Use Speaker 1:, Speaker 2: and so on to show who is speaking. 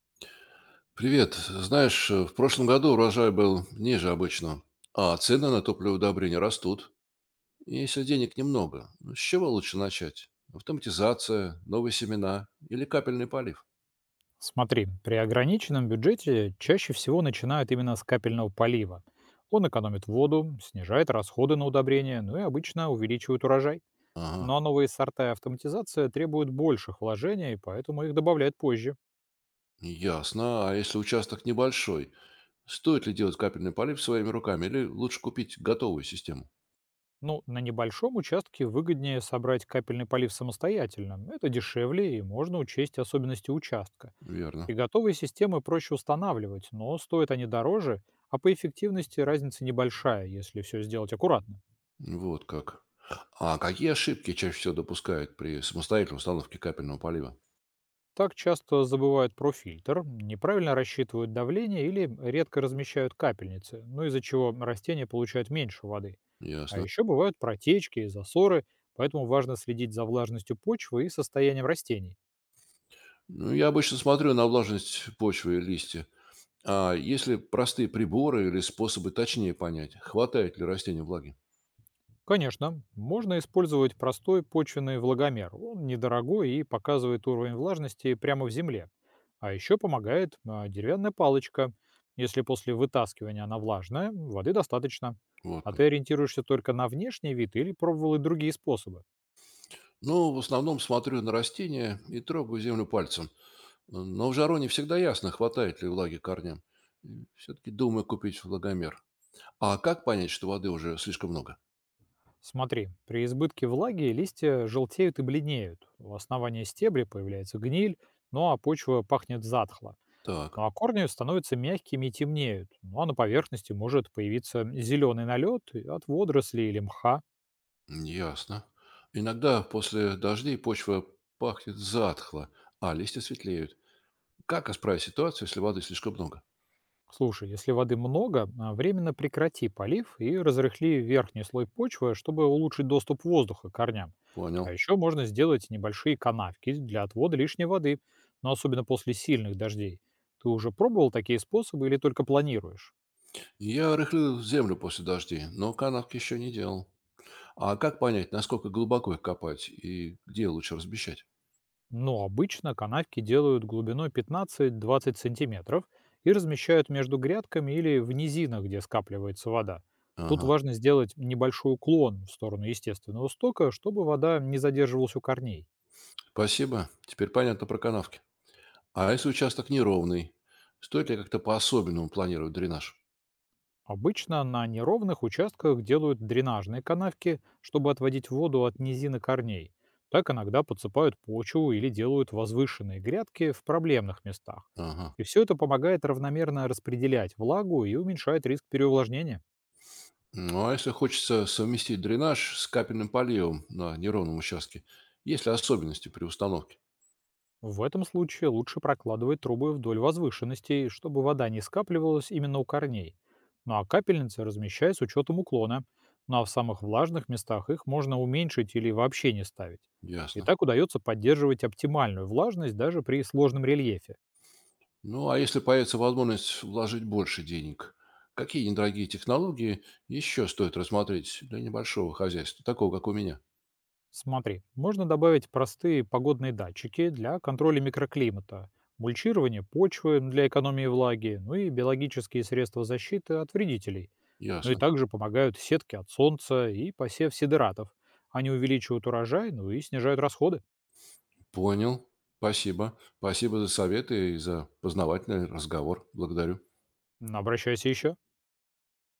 Speaker 1: Привет. Знаешь, в прошлом году урожай был ниже обычного, а цены на топливо и удобрения растут. И если денег немного, ну, с чего лучше начать? Автоматизация, новые семена или капельный полив?
Speaker 2: Смотри, при ограниченном бюджете чаще всего начинают именно с капельного полива. Он экономит воду, снижает расходы на удобрения, ну и обычно увеличивает урожай.
Speaker 1: Ага,
Speaker 2: Но новые сорта и автоматизация требуют больших вложений, поэтому их добавляют позже.
Speaker 1: ясно. А если участок небольшой, стоит ли делать капельный полив своими руками или лучше купить готовую систему?
Speaker 2: Ну, на небольшом участке выгоднее собрать капельный полив самостоятельно. Это дешевле и можно учесть особенности участка.
Speaker 1: Верно.
Speaker 2: И готовые системы проще устанавливать, но стоят они дороже, а по эффективности разница небольшая, если все сделать аккуратно.
Speaker 1: Вот как. А какие ошибки чаще всего допускают при самостоятельной установке капельного полива?
Speaker 2: Так часто забывают про фильтр, неправильно рассчитывают давление или редко размещают капельницы, ну из-за чего растения получают меньше воды. А
Speaker 1: Ясно.
Speaker 2: еще бывают протечки и засоры, поэтому важно следить за влажностью почвы и состоянием растений.
Speaker 1: Ну, я обычно смотрю на влажность почвы и листья. А есть ли простые приборы или способы точнее понять, хватает ли растению влаги?
Speaker 2: Конечно, можно использовать простой почвенный влагомер. Он недорогой и показывает уровень влажности прямо в земле. А еще помогает деревянная палочка. Если после вытаскивания она влажная, воды достаточно.
Speaker 1: Вот
Speaker 2: А ты
Speaker 1: как.
Speaker 2: ориентируешься только на внешний вид или пробовал и другие способы?
Speaker 1: Ну, в основном смотрю на растения и трогаю землю пальцем. Но в жару не всегда ясно, хватает ли влаги корням. Все-таки думаю купить влагомер. А как понять, что воды уже слишком много?
Speaker 2: Смотри, при избытке влаги листья желтеют и бледнеют. У основания стебля появляется гниль, ну а почва пахнет затхло. Ну,
Speaker 1: Так,
Speaker 2: а корни становятся мягкими и темнеют. Ну а на поверхности может появиться зеленый налет от водорослей или мха.
Speaker 1: ясно. Иногда после дождей почва пахнет затхло, а листья светлеют. Как исправить ситуацию, если воды слишком много?
Speaker 2: Слушай, если воды много, временно прекрати полив и разрыхли верхний слой почвы, чтобы улучшить доступ воздуха к корням. А
Speaker 1: Понял.
Speaker 2: еще можно сделать небольшие канавки для отвода лишней воды, но особенно после сильных дождей. Ты уже пробовал такие способы или только планируешь?
Speaker 1: Я рыхлил землю после дождей, но канавки еще не делал. А как понять, насколько глубоко их копать и где лучше размещать?
Speaker 2: Но обычно канавки делают глубиной 15-20 см и размещают между грядками или в низинах, где скапливается вода. Тут
Speaker 1: Ага,
Speaker 2: важно сделать небольшой уклон в сторону естественного стока, чтобы вода не задерживалась у корней.
Speaker 1: спасибо. Теперь понятно про канавки. А если участок неровный, стоит ли как-то по-особенному планировать дренаж?
Speaker 2: Обычно на неровных участках делают дренажные канавки, чтобы отводить воду от низины корней. Так иногда подсыпают почву или делают возвышенные грядки в проблемных местах.
Speaker 1: Ага.
Speaker 2: И все это помогает равномерно распределять влагу и уменьшает риск переувлажнения.
Speaker 1: Ну, а если хочется совместить дренаж с капельным поливом на неровном участке, есть ли особенности при установке?
Speaker 2: В этом случае лучше прокладывать трубы вдоль возвышенностей, чтобы вода не скапливалась именно у корней. Ну а капельницы размещай с учетом уклона. Ну а в самых влажных местах их можно уменьшить или вообще не ставить. И
Speaker 1: Ясно.
Speaker 2: так удается поддерживать оптимальную влажность даже при сложном рельефе.
Speaker 1: Ну, а если появится возможность вложить больше денег, какие недорогие технологии еще стоит рассмотреть для небольшого хозяйства, такого, как у меня?
Speaker 2: Смотри, можно добавить простые погодные датчики для контроля микроклимата, мульчирование почвы для экономии влаги, ну и биологические средства защиты от вредителей. Ну и
Speaker 1: Ясно.
Speaker 2: также помогают сетки от солнца и посев сидератов. Они увеличивают урожай, ну и снижают расходы.
Speaker 1: Понял. Спасибо. Спасибо за советы и за познавательный разговор. Благодарю.
Speaker 2: Обращайся еще.